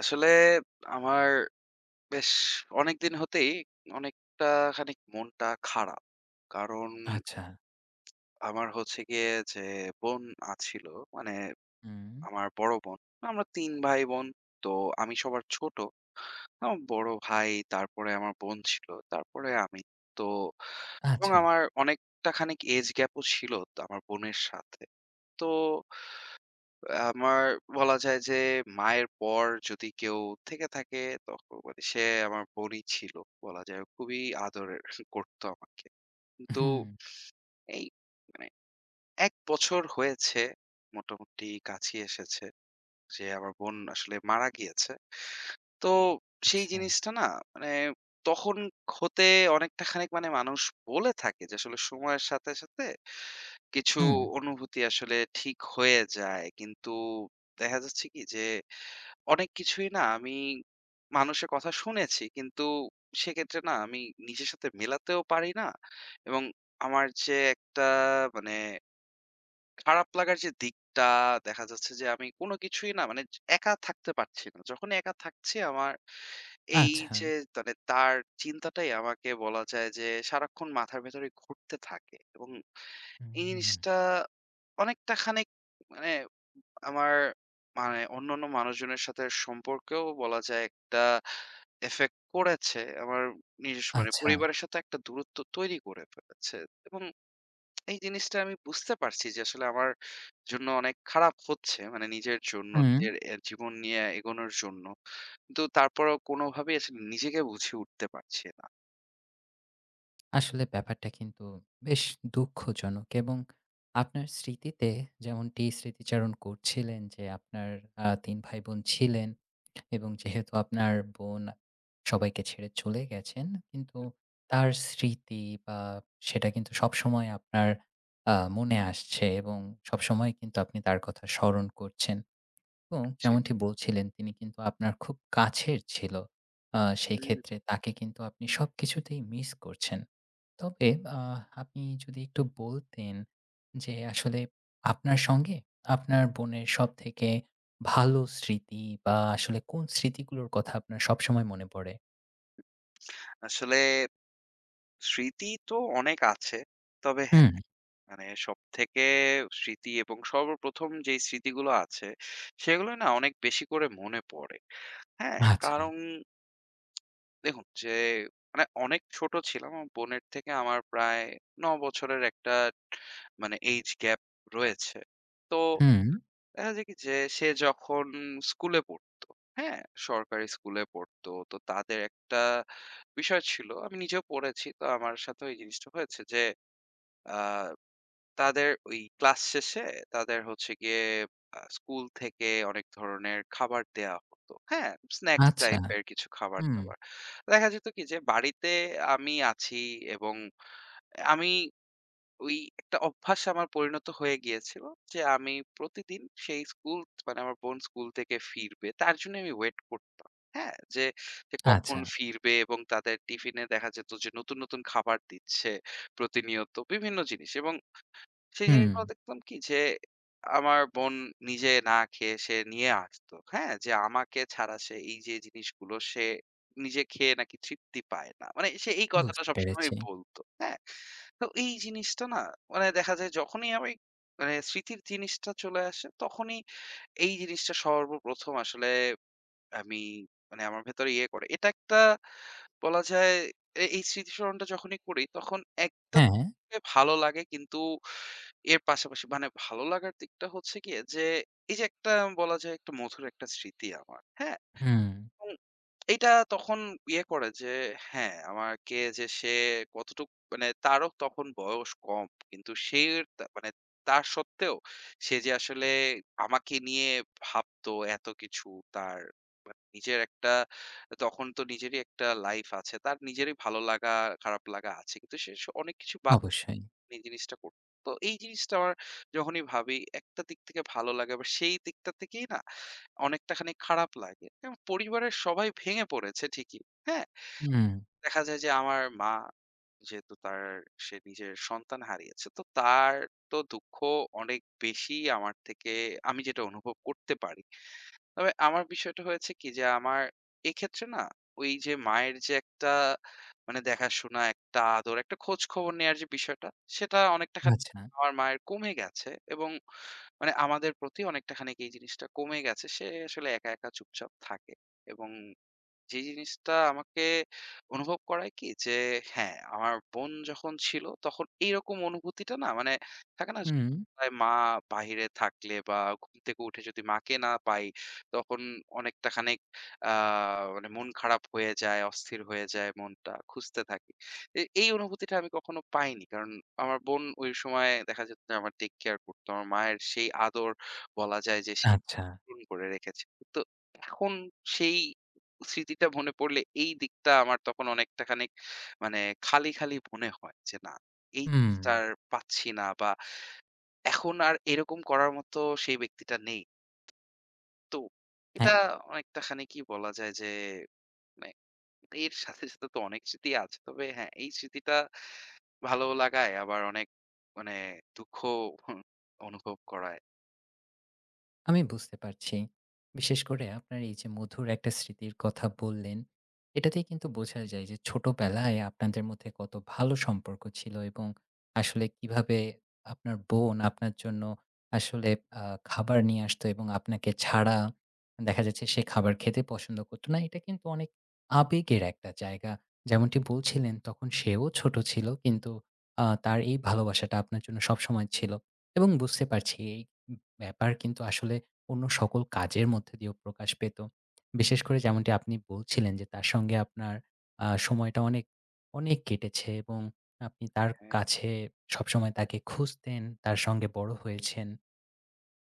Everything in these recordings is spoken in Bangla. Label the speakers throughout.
Speaker 1: আসলে আমার বেশ অনেকদিন হতেই অনেকটা খানিক মনটা খারাপ। কারণ
Speaker 2: আচ্ছা।
Speaker 1: আমার হচ্ছে গিয়ে যে বোন ছিল মানে
Speaker 2: হুম,
Speaker 1: আমার বড় বোন। আমরা ৩ ভাই বোন। তো আমি সবার ছোট। আমার বড় ভাই, তারপরে আমার বোন ছিল, তারপরে আমি। তো এবং
Speaker 2: আচ্ছা।
Speaker 1: আমার অনেকটা খানিক এজ গ্যাপও ছিল তো আমার বোনের সাথে। তো আমার বলা যায় যে মায়ের পর যদি কেউ থেকে থাকে তখন মানে সে আমার বোনই ছিল, বলা যায় খুবই আদরের করতো আমাকে। কিন্তু
Speaker 2: হুম,
Speaker 1: এই মানে ১ বছর হয়েছে মোটামুটি, কাছে এসেছে যে আমার বোন আসলে মারা গিয়েছে। তো সেই
Speaker 2: আচ্ছা।
Speaker 1: জিনিসটা না, মানে তখন হতে অনেকটা খানিক মানে মানুষ বলে থাকে যে আসলে সময়ের সাথে সাথে কিছু
Speaker 2: হুম,
Speaker 1: অনুভূতি আসলে ঠিক হয়ে যায়, কিন্তু দেখা যাচ্ছে কি যে অনেক কিছুই না, আমি মানুষের কথা শুনেছি। কিন্তু সেক্ষেত্রে না আমি নিজের সাথে মেলাতেও পারি না। এবং আমার যে একটা মানে খারাপ লাগার যে দিকটা, দেখা যাচ্ছে যে আমি কোন কিছুই না মানে একা থাকতে পারছি না। যখনই একা থাকছি আমার এই
Speaker 2: আচ্ছা।
Speaker 1: যে মানে তার চিন্তাটাই আমাকে বলা যায় যে সারাক্ষণ মাথার ভেতরে ঘুরতে থাকে। এবং এই
Speaker 2: হুম,
Speaker 1: জিনিসটা অনেকটা খানিক মানে আমার মানে অন্যান্য মানুষজনের সাথে সম্পর্কেও বলা যায় একটা এফেক্ট করেছে। আমার নিজস্ব মানে
Speaker 2: আচ্ছা।
Speaker 1: পরিবারের সাথে একটা দূরত্ব তৈরি করে ফেলেছে। এবং এই জিনিসটা আমি বুঝতে পারছি যে আসলে আমার জন্য অনেক খারাপ হচ্ছে। মানে নিজের জন্য,
Speaker 2: হুম,
Speaker 1: নিজের এ জীবন নিয়ে এগোনোর জন্য। কিন্তু তারপরেও কোনোভাবেই আসলে নিজেকে বুঝে উঠতে পারছি না।
Speaker 2: আসলে ব্যাপারটা কিন্তু বেশ দুঃখজনক এবং আপনার স্মৃতিতে যেমনটি স্মৃতিচারণ করছিলেন যে আপনার ৩ ভাই-বোন ছিলেন এবং যেহেতু আপনার বোন সবাইকে ছেড়ে চলে গেছেন, কিন্তু
Speaker 1: হুম,
Speaker 2: তার স্মৃতি বা সেটা কিন্তু সবসময় আপনার মনে আসছে এবং সবসময় কিন্তু আপনি তার কথা স্মরণ করছেন। এবং
Speaker 1: জি।
Speaker 2: যেমনটি বলছিলেন তিনি কিন্তু আপনার খুব কাছের ছিল। সেই
Speaker 1: হুম,
Speaker 2: ক্ষেত্রে তাকে কিন্তু আপনি সবকিছুতেই মিস করছেন। তবে আ আপনি যদি একটু বলতেন যে আসলে আপনার সঙ্গে আপনার বোনের সবথেকে ভালো স্মৃতি বা আসলে কোন স্মৃতিগুলোর কথা আপনার সবসময় মনে পড়ে?
Speaker 1: আসলে স্মৃতি তো অনেক আছে। তবে
Speaker 2: হুম,
Speaker 1: হ্যাঁ, মানে সবথেকে স্মৃতি এবং সর্বপ্রথম যেই স্মৃতিগুলো আছে, সেগুলো না অনেক বেশি করে মনে পড়ে। হ্যাঁ?
Speaker 2: আচ্ছা,
Speaker 1: কারণ দেখুন যে মানে অনেক ছোট ছিলাম। আমার বোনের থেকে আমার প্রায় ৯ বছরের একটা মানে এইজ গ্যাপ রয়েছে। তো
Speaker 2: হুম,
Speaker 1: দেখা যায় কি যে সে যখন স্কুলে পড়তো, হ্যাঁ? সরকারি স্কুলে পড়তো। তো তাদের একটা বিষয় ছিল, আমি নিজেও পড়েছি। তো আমার সাথেও এই জিনিসটা হয়েছে যে আ তাদের ওই ক্লাস শেষে তাদের হচ্ছে গিয়ে স্কুল থেকে অনেক ধরনের খাবার দেয়া হতো। হ্যাঁ? স্ন্যাকস
Speaker 2: আচ্ছা,
Speaker 1: টাইপের কিছু
Speaker 2: হুম,
Speaker 1: খাবার-দাবার। দেখা যেত কি যে বাড়িতে আমি আছি, এবং আমি ওই একটা অভ্যাস আমার পরিণত হয়ে গিয়েছিল যে আমি প্রতিদিন সেই স্কুল মানে আমার বোন স্কুল থেকে ফিরবে। তার জন্য আমি ওয়েট করতাম। হ্যাঁ? যে, যে কখন
Speaker 2: আচ্ছা,
Speaker 1: ফিরবে এবং তাদের টিফিনে দেখা যেত যে নতুন, নতুন খাবার দিচ্ছে, প্রতিনিয়ত বিভিন্ন জিনিস। এবং সেই
Speaker 2: হুম,
Speaker 1: জিনিসগুলো দেখতাম কি যে, আমার বোন নিজে না খেয়ে সে নিয়ে আসতো। হ্যাঁ? যে আমাকে ছাড়া সে এই যে জিনিসগুলো সে নিজে খেয়ে নাকি তৃপ্তি পায় না। মানে সে এই কথাটা
Speaker 2: বুঝতে
Speaker 1: সবসময়ই
Speaker 2: পেরেছি।
Speaker 1: বলতো। হ্যাঁ? তো এই জিনিসটা না, মানে দেখা যায় যখনই আমি মানে স্মৃতির জিনিসটা চলে আসে তখনই এই জিনিসটা সর্বপ্রথম আসলে আমি মানে আমার ভেতরে ইয়ে করে। এটা একটা বলা যায় এই স্মৃতিচারণটা যখনই করি তখন একটা
Speaker 2: হ্যাঁ,
Speaker 1: ভালো লাগে, কিন্তু এর পাশাপাশি মানে ভালো লাগার দিকটা হচ্ছে গিয়ে যে, এই যে একটা বলা যায় একটা মধুর একটা স্মৃতি আমার। হ্যাঁ?
Speaker 2: হুম,
Speaker 1: এবং এইটা তখন ইয়ে করে যে হ্যাঁ, আমাকে যে সে কতটুক মানে তারও তখন বয়স কম। কিন্তু সে তা মানে তার সত্ত্বেও সে যে আসলে আমাকে নিয়ে ভাবতো এত কিছু, তার মানে নিজের একটা, তখন তো নিজেরই একটা লাইফ আছে। তার নিজেরই ভালো লাগা, খারাপ লাগা আছে। কিন্তু সে অনেক কিছু বাদ
Speaker 2: অবশ্যই।
Speaker 1: এই জিনিসটা করতো। তো এই জিনিসটা আমার যখনই ভাবি একটা দিক থেকে ভালো লাগে, আবার সেই দিকটা থেকেই না অনেকটা খানি খারাপ লাগে। এবং পরিবারের সবাই ভেঙে পড়েছে ঠিকই। হ্যাঁ?
Speaker 2: হুম,
Speaker 1: দেখা যায় যে আমার মা, যেহেতু তার সে নিজের সন্তান হারিয়েছে, তো তার তো দুঃখ অনেক বেশি আমার থেকে, আমি যেটা অনুভব করতে পারি। তবে আমার বিষয়টা হয়েছে কি যে আমার এক্ষেত্রে না ওই যে মায়ের যে একটা মানে দেখাশোনা, একটা আদর, একটা খোঁজ খবর নেয়ার যে বিষয়টা, সেটা অনেকটা খানি
Speaker 2: আচ্ছা,
Speaker 1: আমার মায়ের কমে গেছে এবং মানে আমাদের প্রতি অনেকটা খানিক এই জিনিসটা কমে গেছে। সে আসলে একা, একা চুপচাপ থাকে এবং যে জিনিসটা আমাকে অনুভব করায় কি যে, হ্যাঁ, আমার বোন যখন ছিল তখন এইরকম অনুভূতিটা না মানে থাকে না?
Speaker 2: হুম,
Speaker 1: তাই মা বাহিরে থাকলে বা ঘুম থেকে উঠে যদি মাকে না পাই তখন অনেকটা খানিক আ মানে মন খারাপ হয়ে যায়, অস্থির হয়ে যায় মনটা, খুঁজতে থাকি। এই অনুভূতিটা আমি কখনো পাইনি। কারণ আমার বোন ওই সময় দেখা যেত যে আমার টেক কেয়ার করত। আমার মায়ের সেই আদর বলা যায় যে
Speaker 2: আচ্ছা।
Speaker 1: পূরণ করে রেখেছে। তো এখন সেই স্মৃতিটা মনে পড়লে এই দিকটা আমার তখন অনেকটা খানিক মানে খালি, খালি মনে হয় যে না, এই
Speaker 2: হুম,
Speaker 1: জিনিসটা আর পাচ্ছি না বা এখন আর এরকম করার মতো সেই ব্যক্তিটা নেই। তো
Speaker 2: হ্যাঁ,
Speaker 1: এটা অনেকটা খানি কি বলা যায় যে, মানে এর সাথে, সাথে তো অনেক স্মৃতি আছে। তবে হ্যাঁ, এই স্মৃতিটা ভালো লাগায় আবার অনেক মানে দুঃখ অনুভব করায়।
Speaker 2: আমি বুঝতে পারছি। বিশেষ করে আপনার এই যে মধুর একটা স্মৃতির কথা বললেন, এটাতেই কিন্তু বোঝা যায় যে ছোটবেলায় আপনাদের মধ্যে কত ভালো সম্পর্ক ছিল এবং আসলে কিভাবে আপনার বোন আপনার জন্য আসলে আ খাবার নিয়ে আসতো এবং আপনাকে ছাড়া দেখা যাচ্ছে সে খাবার খেতে পছন্দ করত না। এটা কিন্তু অনেক আবেগের একটা জায়গা। যেমনটি বলছিলেন তখন সেও ছোট ছিল কিন্তু তার এই ভালোবাসাটা আপনার জন্য সবসময় ছিল এবং বুঝতে পারছি এই ব্যাপার কিন্তু আসলে অন্য সকল কাজের মধ্যে দিয়েও প্রকাশ পেত। বিশেষ করে যেমনটি আপনি বলছিলেন যে তার সঙ্গে আপনার সময়টা অনেক, অনেক কেটেছে এবং আপনি তার
Speaker 1: হ্যাঁ,
Speaker 2: কাছে সবসময় তাকে খুঁজতেন, তার সঙ্গে বড় হয়েছেন।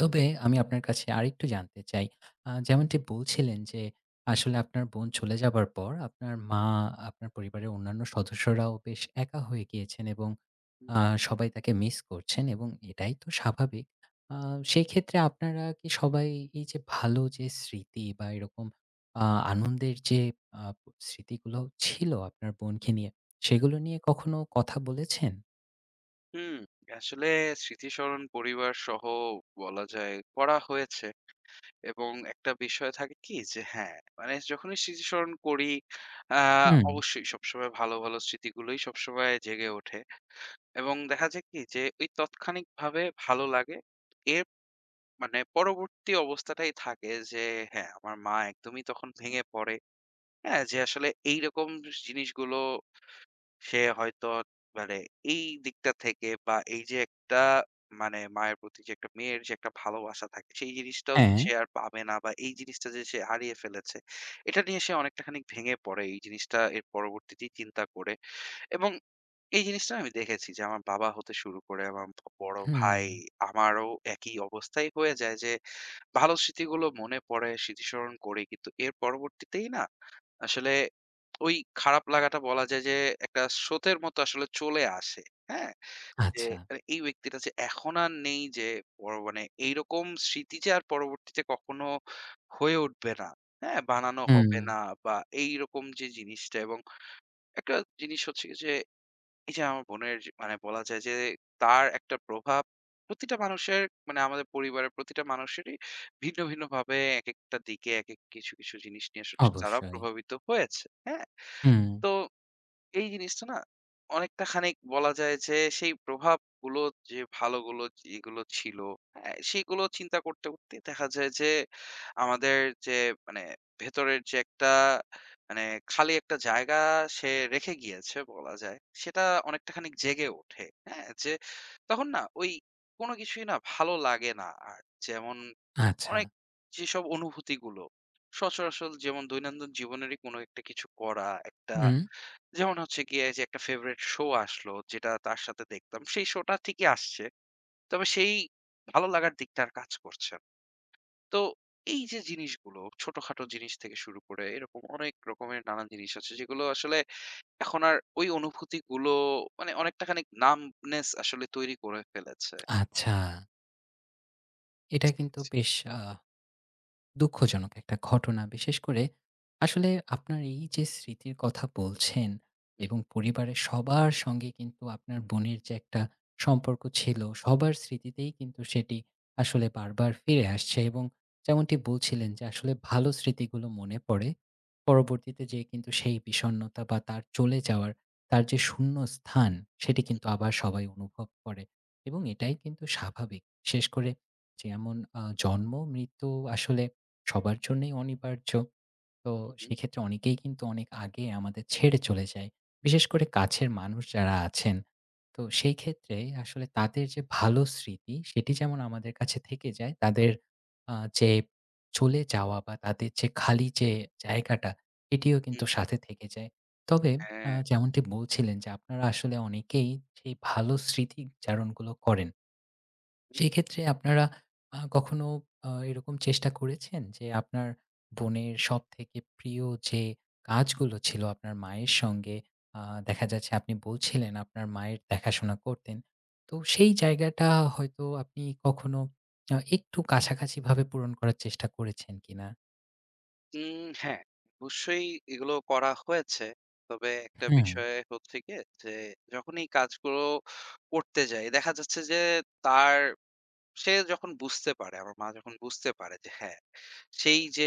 Speaker 2: তবে আমি আপনার কাছে আরেকটু জানতে চাই। যেমনটি বলছিলেন যে, আসলে আপনার বোন চলে যাবার পর আপনার মা, আপনার পরিবারের অন্যান্য সদস্যরাও বেশ একা হয়ে গিয়েছেন এবং
Speaker 1: হুম।
Speaker 2: আ সবাই তাকে মিস করছেন এবং এটাই তো স্বাভাবিক। আ সেক্ষেত্রে আপনারা কি সবাই এই যে ভালো যে স্মৃতি বা এরকম আ আনন্দের যে আ স্মৃতিগুলো ছিল আপনার বোনকে নিয়ে, সেগুলো নিয়ে কখনো কথা বলেছেন?
Speaker 1: হুম, আসলে স্মৃতিচারণ পরিবার সহ বলা যায় করা হয়েছে এবং একটা বিষয় থাকে কি যে হ্যাঁ, মানে যখনই স্মৃতিচারণ করি আ
Speaker 2: হুম,
Speaker 1: অবশ্যই সবসময় ভালো, ভালো স্মৃতিগুলোই সবসময় জেগে ওঠে এবং দেখা যায় কি যে ওই তাৎক্ষণিকভাবে ভালো লাগে। এর মানে পরবর্তী অবস্থাটাই থাকে যে হ্যাঁ, আমার মা একদমই তখন ভেঙে পড়ে। হ্যাঁ, যে আসলে এইরকম জিনিসগুলো সে হয়তো মানে এই দিকটা থেকে বা এই যে একটা মানে মায়ের প্রতি যে একটা মেয়ের যে একটা ভালোবাসা থাকে সেই জিনিসটাও যে
Speaker 2: হ্যাঁ,
Speaker 1: সে আর পাবে না বা এই জিনিসটা যে সে হারিয়ে ফেলেছে, এটা নিয়ে সে অনেকটা খানিক ভেঙে পড়ে, এই জিনিসটা এর পরবর্তীতে চিন্তা করে। এবং এই জিনিসটা আমি দেখেছি যে আমার বাবা হতে শুরু করে আমার বড়
Speaker 2: হুম,
Speaker 1: ভাই আমারও একই অবস্থাই হয়ে যায় যে ভালো স্মৃতিগুলো মনে পড়ে স্মৃতিস্মরণ করে কিন্তু এর পরবর্তীতেই না আসলে ওই খারাপ লাগাটা বলা যায় যে একটা স্রোতের মতো আসলে চলে আসে। হ্যাঁ? যে
Speaker 2: আচ্ছা,
Speaker 1: মানে এই ব্যক্তিটা যে এখন আর নেই, যে পর মানে এইরকম স্মৃতি যে আর পরবর্তীতে কখনো হয়ে উঠবে না। হ্যাঁ? বানানো
Speaker 2: হুম।
Speaker 1: হবে না বা এইরকম যে জিনিসটা। এবং একটা জিনিস হচ্ছে গিয়ে যে এই যে আমার বোনের যে মানে বলা যায় যে তার একটা প্রভাব প্রতিটা মানুষের মানে আমাদের পরিবারের প্রতিটা মানুষেরই ভিন্ন, ভিন্ন ভাবে একেকটা দিকে একেক কিছু, কিছু জিনিস নিয়ে আসলে তারা
Speaker 2: অবশ্যই।
Speaker 1: প্রভাবিত হয়েছে। হ্যাঁ?
Speaker 2: হুম,
Speaker 1: তো এই জিনিসটা না অনেকটা খানিক বলা যায় যে সেই প্রভাবগুলো যে ভালোগুলো যেগুলো ছিল, হ্যাঁ, সেগুলো চিন্তা করতে করতে দেখা যায় যে আমাদের যে মানে ভেতরের যে একটা মানে খালি একটা জায়গা সে রেখে গিয়েছে বলা যায়, সেটা অনেকটা খানিক জেগে ওঠে, হ্যাঁ, যে তখন না ওই কোনো কিছুই না ভালো লাগে না আর। যেমন
Speaker 2: আচ্ছা।
Speaker 1: অনেক যেসব অনুভূতিগুলো সচরাচর, যেমন দৈনন্দিন জীবনেরই কোনো একটা কিছু করা একটা,
Speaker 2: হুম,
Speaker 1: যেমন হচ্ছে গিয়ে যে একটা ফেভারিট শো আসলো যেটা তার সাথে দেখতাম। সেই শোটা ঠিকই আসছে। তবে সেই ভালো লাগার দিকটা আর কাজ করছে না। তো এই যে জিনিসগুলো ছোটখাটো জিনিস থেকে শুরু করে এরকম অনেক রকমের নানান জিনিস আছে যেগুলো আসলে এখন আর ওই অনুভূতিগুলো মানে অনেকটা খানিক numbness আসলে তৈরি করে ফেলেছে।
Speaker 2: আচ্ছা। এটা কিন্তু বেশ আ দুঃখজনক একটা ঘটনা। বিশেষ করে আসলে আপনার এই যে স্মৃতির কথা বলছেন
Speaker 1: হুম,
Speaker 2: এবং পরিবারের সবার সঙ্গে কিন্তু আপনার বোনের যে একটা সম্পর্ক ছিল, সবার স্মৃতিতেই কিন্তু সেটি আসলে বারবার ফিরে আসছে এবং যেমনটি বলছিলেন যে আসলে ভালো স্মৃতিগুলো মনে পড়ে। পরবর্তীতে যেয়ে কিন্তু সেই বিষণ্ণতা বা তার চলে যাওয়ার, তার যে শূন্য স্থান সেটি কিন্তু আবার সবাই অনুভব করে এবং এটাই কিন্তু স্বাভাবিক। বিশেষ করে যেমন জন্ম, মৃত্যু আসলে সবার জন্যই অনিবার্য। তো
Speaker 1: হুম, হুম,
Speaker 2: সেক্ষেত্রে অনেকেই কিন্তু অনেক আগে আমাদের ছেড়ে চলে যায়। বিশেষ করে কাছের মানুষ যারা আছেন। তো সেই ক্ষেত্রে আসলে তাদের যে ভালো স্মৃতি সেটি যেমন আমাদের কাছে থেকে যায়। তাদের আ যে চলে যাওয়া বা তাদের যে খালি যে জায়গাটা এটিও কিন্তু
Speaker 1: হুম, হুম।
Speaker 2: সাথে থেকে যায়। তবে
Speaker 1: হ্যাঁ।
Speaker 2: যেমনটি বলছিলেন যে আপনারা আসলে অনেকেই সেই ভালো স্মৃতিচারণগুলো করেন। সেক্ষেত্রে আপনারা কখনো এরকম চেষ্টা করেছেন যে, আপনার বোনের সবথেকে প্রিয় যে কাজগুলো ছিল আপনার মায়ের সঙ্গে আ দেখা যাচ্ছে আপনি বলছিলেন আপনার মায়ের দেখাশোনা করতেন। তো সেই জায়গাটা হয়তো আপনি কখনো একটু কাছাকাছিভাবে পূরণ করার চেষ্টা করেছেন কিনা?
Speaker 1: উম হ্যাঁ, অবশ্যই এগুলো করা হয়েছে। তবে একটা
Speaker 2: হুম,
Speaker 1: বিষয় হচ্ছে গিয়ে যে, যখন এই কাজগুলো করতে যাই, দেখা যাচ্ছে যে তার সে যখন বুঝতে পারে, আমার মা যখন বুঝতে পারে যে হ্যাঁ, সেই যে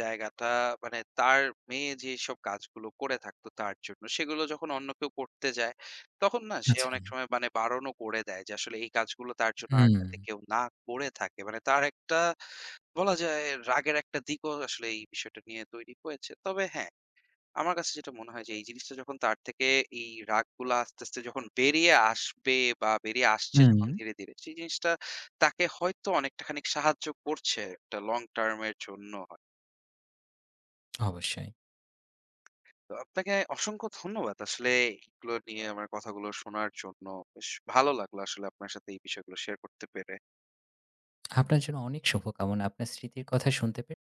Speaker 1: জায়গাটা মানে তার মেয়ে যেসব কাজগুলো করে থাকতো তার জন্য, সেগুলো যখন অন্য কেউ করতে যায়, তখন না সে
Speaker 2: আচ্ছা।
Speaker 1: অনেক সময় মানে বারণও করে দেয় যে আসলে এই কাজগুলো তার জন্য আর
Speaker 2: হুম,
Speaker 1: যাতে কেউ না করে থাকে। মানে তার একটা বলা যায় রাগের একটা দিকও আসলে এই বিষয়টা নিয়ে তৈরি হয়েছে। তবে হ্যাঁ, আমার কাছে যেটা মনে হয় যে এই জিনিসটা যখন তার থেকে এই রাগগুলা আস্তে, আস্তে যখন বেরিয়ে আসবে বা বেরিয়ে আসছে
Speaker 2: হুম,
Speaker 1: যখন ধীরে, ধীরে সেই জিনিসটা তাকে হয়তো অনেকটা খানিক সাহায্য করছে একটা লং টার্ম এর জন্য হয়তো।
Speaker 2: অবশ্যই।
Speaker 1: তো আপনাকে অসংখ্য ধন্যবাদ আসলে এগুলো নিয়ে আমার কথাগুলো শোনার জন্য। বেশ ভালো লাগলো আসলে আপনার সাথে এই বিষয়গুলো শেয়ার করতে পেরে।
Speaker 2: আপনার জন্য অনেক শুভকামনা। আপনার স্মৃতির কথা শুনতে পেরে